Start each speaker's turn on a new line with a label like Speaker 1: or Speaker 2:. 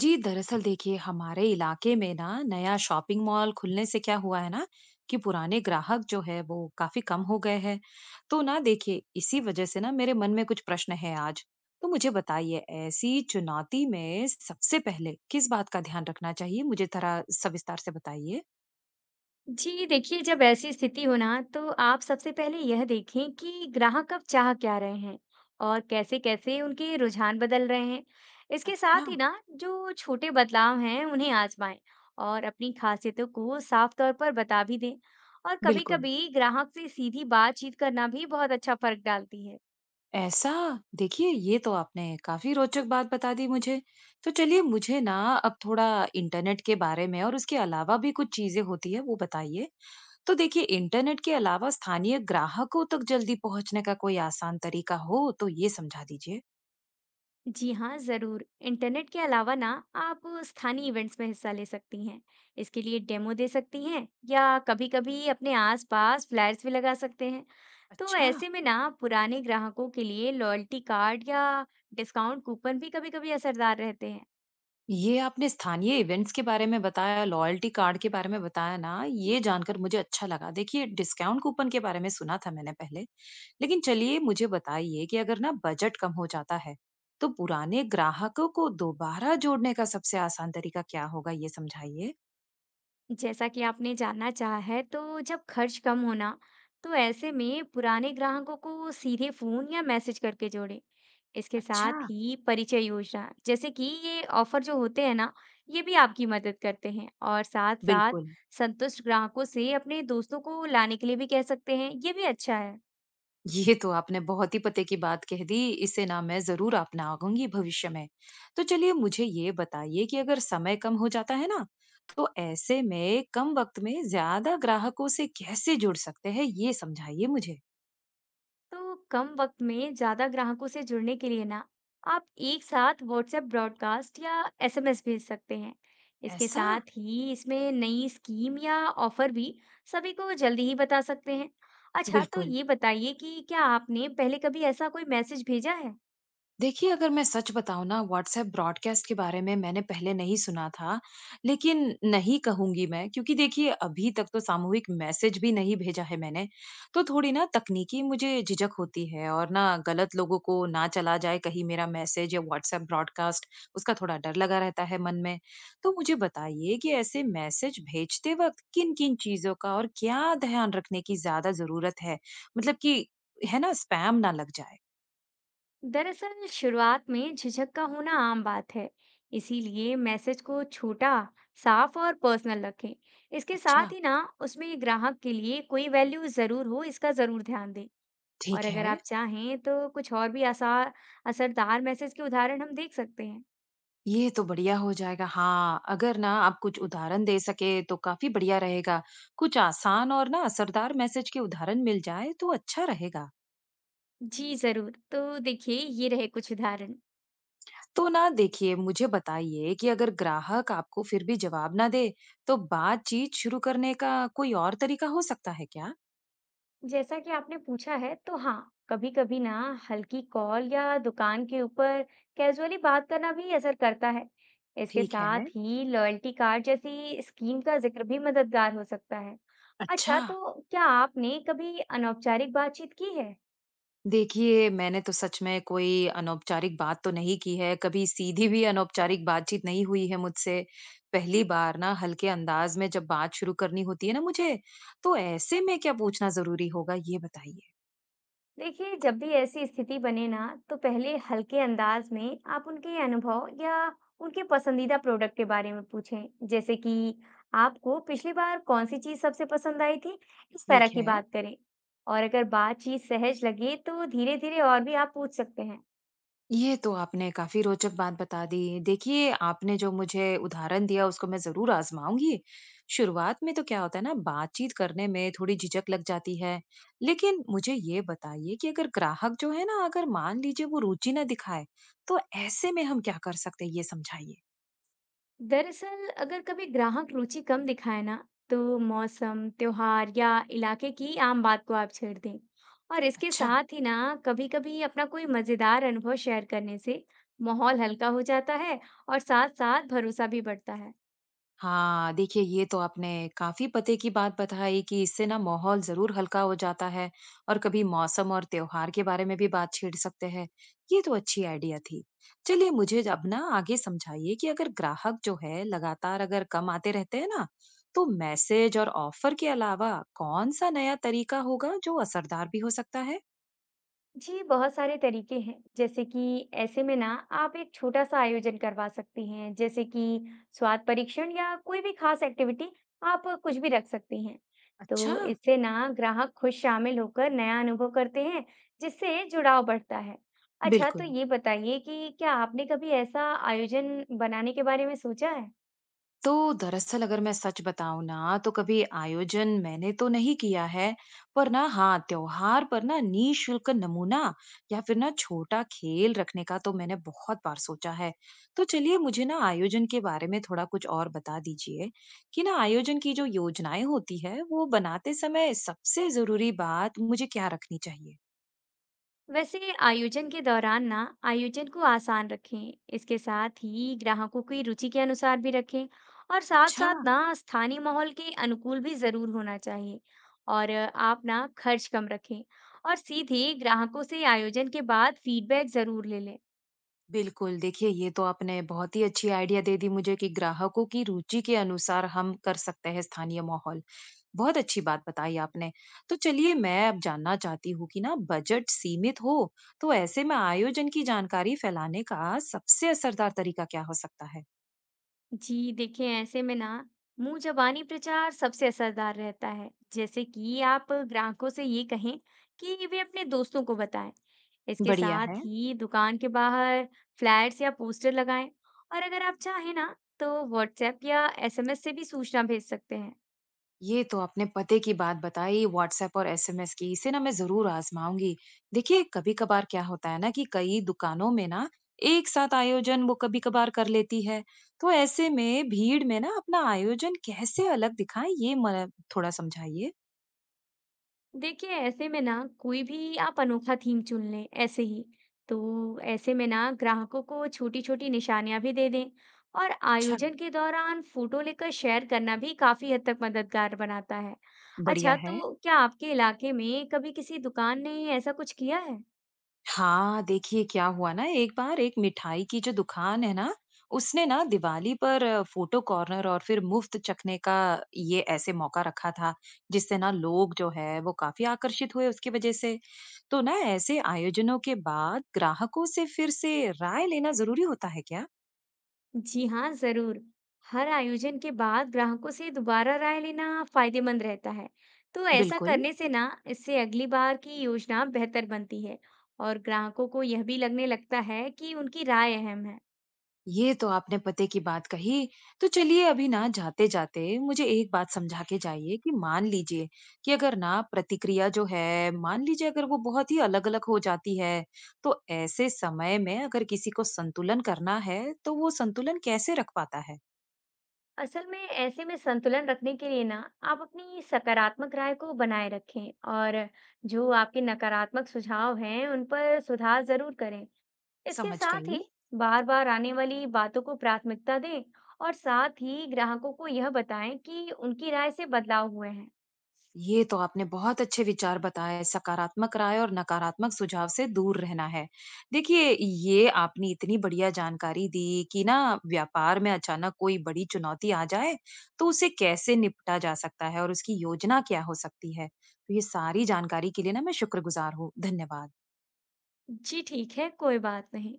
Speaker 1: जी, दरअसल देखिए हमारे इलाके में ना नया शॉपिंग मॉल खुलने से क्या हुआ है ना कि पुराने ग्राहक जो है वो काफी कम हो गए हैं। तो ना देखिए इसी वजह से ना मेरे मन में कुछ प्रश्न है आज। तो मुझे बताइए, ऐसी चुनौती में सबसे पहले किस बात का ध्यान रखना चाहिए, मुझे थोड़ा सविस्तार से बताइए।
Speaker 2: जी देखिए, जब ऐसी स्थिति हो ना, तो आप सबसे पहले यह देखें कि ग्राहक अब चाह क्या रहे हैं और कैसे-कैसे उनके रुझान बदल रहे हैं। इसके
Speaker 1: अच्छा।
Speaker 2: साथ ही ना, जो छोटे बदलाव हैं, उन्हें आजमाएं और अपनी खासियतों को साफ तौर पर बता भी दें। और
Speaker 1: बिल्कुल।
Speaker 2: कभी-कभी ग्राहक से सीधी बातचीत करना भी बहुत अच्छा फर्क डालती है।
Speaker 1: ऐसा। देखिए ये तो आपने काफी रोचक बात बता दी मुझे। तो चलिए मुझे ना अब थोड़ा इंटरनेट के बारे में और उसके अलावा भी कुछ चीजें होती है वो बताइए। तो देखिए इंटरनेट के अलावा स्थानीय ग्राहकों तक जल्दी पहुंचने का कोई आसान तरीका हो तो ये समझा दीजिए।
Speaker 2: जी हाँ ज़रूर, इंटरनेट के अलावा ना आप स्थानीय इवेंट्स में हिस्सा ले सकती हैं। इसके लिए डेमो दे सकती हैं या कभी-कभी अपने आसपास फ्लायर्स भी लगा सकते हैं। तो
Speaker 1: अच्छा।
Speaker 2: ऐसे में ना पुराने ग्राहकों के लिए लॉयल्टी कार्ड या डिस्काउंट कूपन भी कभी-कभी असरदार रहते हैं।
Speaker 1: ये आपने स्थानीय इवेंट्स के बारे में बताया, लॉयल्टी कार्ड के बारे में बताया ना, ये जानकर मुझे अच्छा लगा। देखिए डिस्काउंट कूपन के बारे में सुना था मैंने पहले, लेकिन चलिए मुझे बताइए कि अगर ना बजट कम हो जाता है तो पुराने ग्राहकों को दोबारा जोड़ने का सबसे आसान तरीका क्या होगा, ये समझाइए।
Speaker 2: जैसा कि आपने जानना चाहा है, तो जब खर्च कम होना, तो ऐसे में पुराने ग्राहकों को सीधे फोन या मैसेज करके जोड़ें। इसके
Speaker 1: अच्छा।
Speaker 2: साथ ही परिचय योजना, जैसे कि ये ऑफर जो होते हैं ना, ये भी आपकी मदद करते हैं। और साथ साथ
Speaker 1: बिल्कुल।
Speaker 2: संतुष्ट ग्राहकों से अपने दोस्तों को लाने के लिए भी कह सकते हैं, ये भी अच्छा है।
Speaker 1: ये तो आपने बहुत ही पते की बात कह दी। इसे ना मैं जरूर अपनाऊंगी भविष्य में। तो चलिए मुझे ये बताइए कि अगर समय कम हो जाता है ना, तो ऐसे में कम वक्त में ज्यादा ग्राहकों से कैसे जुड़ सकते हैं, ये समझाइए मुझे।
Speaker 2: तो कम वक्त में ज्यादा ग्राहकों से जुड़ने के लिए ना, आप एक साथ व्हाट्सएप ब्रॉडकास्ट या एसएमएस भेज सकते हैं। इसके
Speaker 1: ऐसा।
Speaker 2: साथ ही इसमें नई स्कीम या ऑफर भी सभी को जल्दी ही बता सकते हैं। अच्छा, तो
Speaker 1: बिल्कुल।
Speaker 2: ये बताइए कि क्या आपने पहले कभी ऐसा कोई मैसेज भेजा है?
Speaker 1: देखिए, अगर मैं सच बताऊँ ना व्हाट्सएप ब्रॉडकास्ट के बारे में मैंने पहले नहीं सुना था, लेकिन नहीं कहूँगी मैं क्योंकि देखिए अभी तक तो सामूहिक मैसेज भी नहीं भेजा है मैंने। तो थोड़ी ना तकनीकी मुझे झिझक होती है और ना गलत लोगों को ना चला जाए कहीं मेरा मैसेज या व्हाट्सएप ब्रॉडकास्ट, उसका थोड़ा डर लगा रहता है मन में। तो मुझे बताइए कि ऐसे मैसेज भेजते वक़्त किन-किन चीज़ों का और क्या ध्यान रखने की ज़्यादा ज़रूरत है? मतलब कि है ना, स्पैम ना लग जाए?
Speaker 2: दरअसल, शुरुआत में झिझक का होना आम बात है। इसीलिए मैसेज को छोटा, साफ और पर्सनल रखें। इसके
Speaker 1: अच्छा।
Speaker 2: साथ ही ना, उसमें ग्राहक के लिए कोई वैल्यू जरूर हो, इसका जरूर ध्यान दें।
Speaker 1: ठीक
Speaker 2: और अगर
Speaker 1: है।
Speaker 2: आप चाहें तो कुछ और भी आसार असरदार मैसेज के उदाहरण हम देख सकते हैं।
Speaker 1: ये तो बढ़िया हो जाएगा। हाँ, अगर ना आप कुछ उदाहरण दे सके तो काफ़ी बढ़िया रहेगा। कुछ आसान और ना असरदार मैसेज के उदाहरण मिल जाए तो अच्छा रहेगा।
Speaker 2: जी जरूर, तो देखिए ये रहे कुछ उदाहरण।
Speaker 1: तो ना देखिए मुझे बताइए कि अगर ग्राहक आपको फिर भी जवाब ना दे तो बातचीत शुरू करने का कोई और तरीका हो सकता है क्या?
Speaker 2: जैसा कि आपने पूछा है, तो हाँ, कभी कभी ना हल्की कॉल या दुकान के ऊपर कैजुअली बात करना भी असर करता है। इसके
Speaker 1: ठीक है।
Speaker 2: साथ ही लॉयल्टी कार्ड जैसी स्कीम का जिक्र भी मददगार हो सकता है।
Speaker 1: अच्छा।
Speaker 2: अच्छा, तो क्या आपने कभी अनौपचारिक बातचीत की है?
Speaker 1: देखिए, मैंने तो सच में कोई अनौपचारिक बात तो नहीं की है, कभी सीधी भी अनौपचारिक बातचीत नहीं हुई है मुझसे। पहली बार ना हल्के अंदाज़ में जब बात शुरू करनी होती है ना मुझे, तो ऐसे में क्या पूछना ज़रूरी होगा, ये बताइए?
Speaker 2: देखिए, जब भी ऐसी स्थिति बने ना, तो पहले हल्के अंदाज में आप उनके अनुभव या उनके पसंदीदा प्रोडक्ट के बारे में पूछें। जैसे कि आपको पिछली बार कौन सी चीज सबसे पसंद आई थी, इस
Speaker 1: ठीक
Speaker 2: तरह की
Speaker 1: है।
Speaker 2: बात करें। और अगर बातचीत सहज लगे तो धीरे धीरे और भी आप पूछ सकते हैं।
Speaker 1: ये तो आपने काफी रोचक बात बता दी। देखिए, आपने जो मुझे उदाहरण दिया उसको मैं जरूर आजमाऊंगी। शुरुआत में तो क्या होता है ना, बातचीत करने में थोड़ी झिझक लग जाती है। लेकिन मुझे ये बताइए कि अगर ग्राहक जो है ना, अगर मान लीजिए वो रुचि ना दिखाए, तो ऐसे में हम क्या कर सकते हैं? ये समझाइए।
Speaker 2: दरअसल, अगर कभी ग्राहक रुचि कम दिखाए ना, तो मौसम, त्योहार या इलाके की आम बात को आप छेड़ दें। और इसके
Speaker 1: अच्छा।
Speaker 2: साथ ही ना, कभी-कभी अपना कोई मजेदार अनुभव शेयर करने से माहौल हल्का हो जाता है और साथ-साथ भरोसा भी बढ़ता है।
Speaker 1: हाँ, देखिए ये तो आपने काफी पते की बात बताई कि इससे ना माहौल जरूर हल्का हो जाता है और कभी मौसम और त्योहार के बारे में भी बात छेड़ सकते हैं। ये तो अच्छी आइडिया थी। चलिए मुझे अब ना आगे समझाइए कि अगर ग्राहक जो है लगातार अगर कम आते रहते हैं ना, तो मैसेज और ऑफर के अलावा कौन सा नया तरीका होगा जो असरदार भी हो सकता है।
Speaker 2: जी बहुत सारे तरीके हैं, जैसे कि ऐसे में ना आप एक छोटा सा आयोजन करवा सकती हैं, जैसे कि स्वाद परीक्षण या कोई भी खास एक्टिविटी आप कुछ भी रख सकती हैं।
Speaker 1: अच्छा।
Speaker 2: तो इससे ना ग्राहक खुद शामिल होकर नया अनुभव करते हैं, जिससे जुड़ाव बढ़ता है। अच्छा, तो
Speaker 1: बिल्कुल।
Speaker 2: ये बताइए कि क्या आपने कभी ऐसा आयोजन बनाने के बारे में सोचा है?
Speaker 1: तो दरअसल अगर मैं सच बताऊं ना तो कभी आयोजन मैंने तो नहीं किया है, पर ना हाँ, त्योहार पर ना निशुल्क नमूना या फिर ना छोटा खेल रखने का तो मैंने बहुत बार सोचा है। तो चलिए मुझे ना आयोजन के बारे में थोड़ा कुछ और बता दीजिए कि ना आयोजन की जो योजनाएं होती है वो बनाते समय सबसे जरूरी बात मुझे क्या रखनी चाहिए।
Speaker 2: वैसे आयोजन के दौरान ना, आयोजन को आसान रखें, इसके साथ ही ग्राहकों की रुचि के अनुसार भी रखें। और साथ
Speaker 1: अच्छा।
Speaker 2: साथ ना स्थानीय माहौल के अनुकूल भी जरूर होना चाहिए। और आप ना खर्च कम रखें और सीधे ग्राहकों से आयोजन के बाद फीडबैक जरूर ले लें।
Speaker 1: बिल्कुल, देखिए ये तो आपने बहुत ही अच्छी आइडिया दे दी मुझे कि ग्राहकों की रुचि के अनुसार हम कर सकते हैं स्थानीय माहौल। बहुत अच्छी बात बताई आपने। तो चलिए मैं अब जानना चाहती हूँ कि ना बजट सीमित हो, तो ऐसे में आयोजन की जानकारी फैलाने का सबसे असरदार तरीका क्या हो सकता है?
Speaker 2: जी देखिए, ऐसे में ना मुंह जबानी प्रचार सबसे असरदार रहता है। जैसे कि आप ग्राहकों से ये कहें कि वे अपने दोस्तों को बताएं। इसके
Speaker 1: बढ़िया
Speaker 2: साथ
Speaker 1: है।
Speaker 2: ही दुकान के बाहर फ्लैट्स या पोस्टर लगाएं। और अगर आप चाहें ना, तो व्हाट्सएप या एसएमएस से भी सूचना भेज सकते हैं।
Speaker 1: ये तो आपने पते की बात बताई व्हाट्सएप और एसएमएस की, इसे ना मैं जरूर आजमाऊंगी। देखिए कभी कभार क्या होता है ना कि कई दुकानों में ना एक साथ आयोजन वो कभी कभार कर लेती है। तो ऐसे में भीड़ में ना अपना आयोजन कैसे अलग दिखाएं, ये थोड़ा समझाइए।
Speaker 2: देखिए, ऐसे में ना कोई भी आप अनोखा थीम चुन लें, ऐसे ही तो ऐसे में ना ग्राहकों को छोटी छोटी निशानियां भी दे दें। और
Speaker 1: अच्छा।
Speaker 2: आयोजन के दौरान फोटो लेकर शेयर करना भी काफी हद तक मददगार बनाता है।
Speaker 1: बढ़िया
Speaker 2: अच्छा,
Speaker 1: है।
Speaker 2: तो क्या आपके इलाके में कभी किसी दुकान ने ऐसा कुछ किया है?
Speaker 1: हाँ, देखिए क्या हुआ ना, एक बार एक मिठाई की जो दुकान है ना, उसने ना दिवाली पर फोटो कॉर्नर और फिर मुफ्त चखने का ये ऐसे मौका रखा था, जिससे ना लोग जो है वो काफ़ी आकर्षित हुए उसकी वजह से। तो ना ऐसे आयोजनों के बाद ग्राहकों से फिर से राय लेना ज़रूरी होता है क्या?
Speaker 2: जी हाँ, जरूर। हर आयोजन के बाद ग्राहकों से दोबारा राय लेना फायदेमंद रहता है। तो ऐसा
Speaker 1: बिल्कुल।
Speaker 2: करने से ना, इससे अगली बार की योजना बेहतर बनती है और ग्राहकों को यह भी लगने लगता है कि उनकी राय अहम है।
Speaker 1: ये तो आपने पते की बात कही। तो चलिए अभी ना जाते-जाते मुझे एक बात समझा के जाइए कि मान लीजिए कि अगर ना प्रतिक्रिया जो है, मान लीजिए अगर वो बहुत ही अलग-अलग हो जाती है, तो ऐसे समय में अगर किसी को संतुलन करना है, तो वो संतुलन कैसे रख पाता है?
Speaker 2: असल में ऐसे में संतुलन रखने के लिए ना, आप अपनी सकारात्मक राय को बनाए रखें और जो आपके नकारात्मक सुझाव हैं उन पर सुधार जरूर करें। इसके
Speaker 1: समझ
Speaker 2: साथ ही
Speaker 1: गई।
Speaker 2: बार बार आने वाली बातों को प्राथमिकता दें और साथ ही ग्राहकों को यह बताएं कि उनकी राय से बदलाव हुए हैं।
Speaker 1: ये तो आपने बहुत अच्छे विचार बताए, सकारात्मक राय और नकारात्मक सुझाव से दूर रहना है। देखिए, ये आपने इतनी बढ़िया जानकारी दी कि ना व्यापार में अचानक कोई बड़ी चुनौती आ जाए, तो उसे कैसे निपटा जा सकता है और उसकी योजना क्या हो सकती है। तो ये सारी जानकारी के लिए ना मैं शुक्रगुजार हूँ। धन्यवाद।
Speaker 2: जी ठीक है, कोई बात नहीं।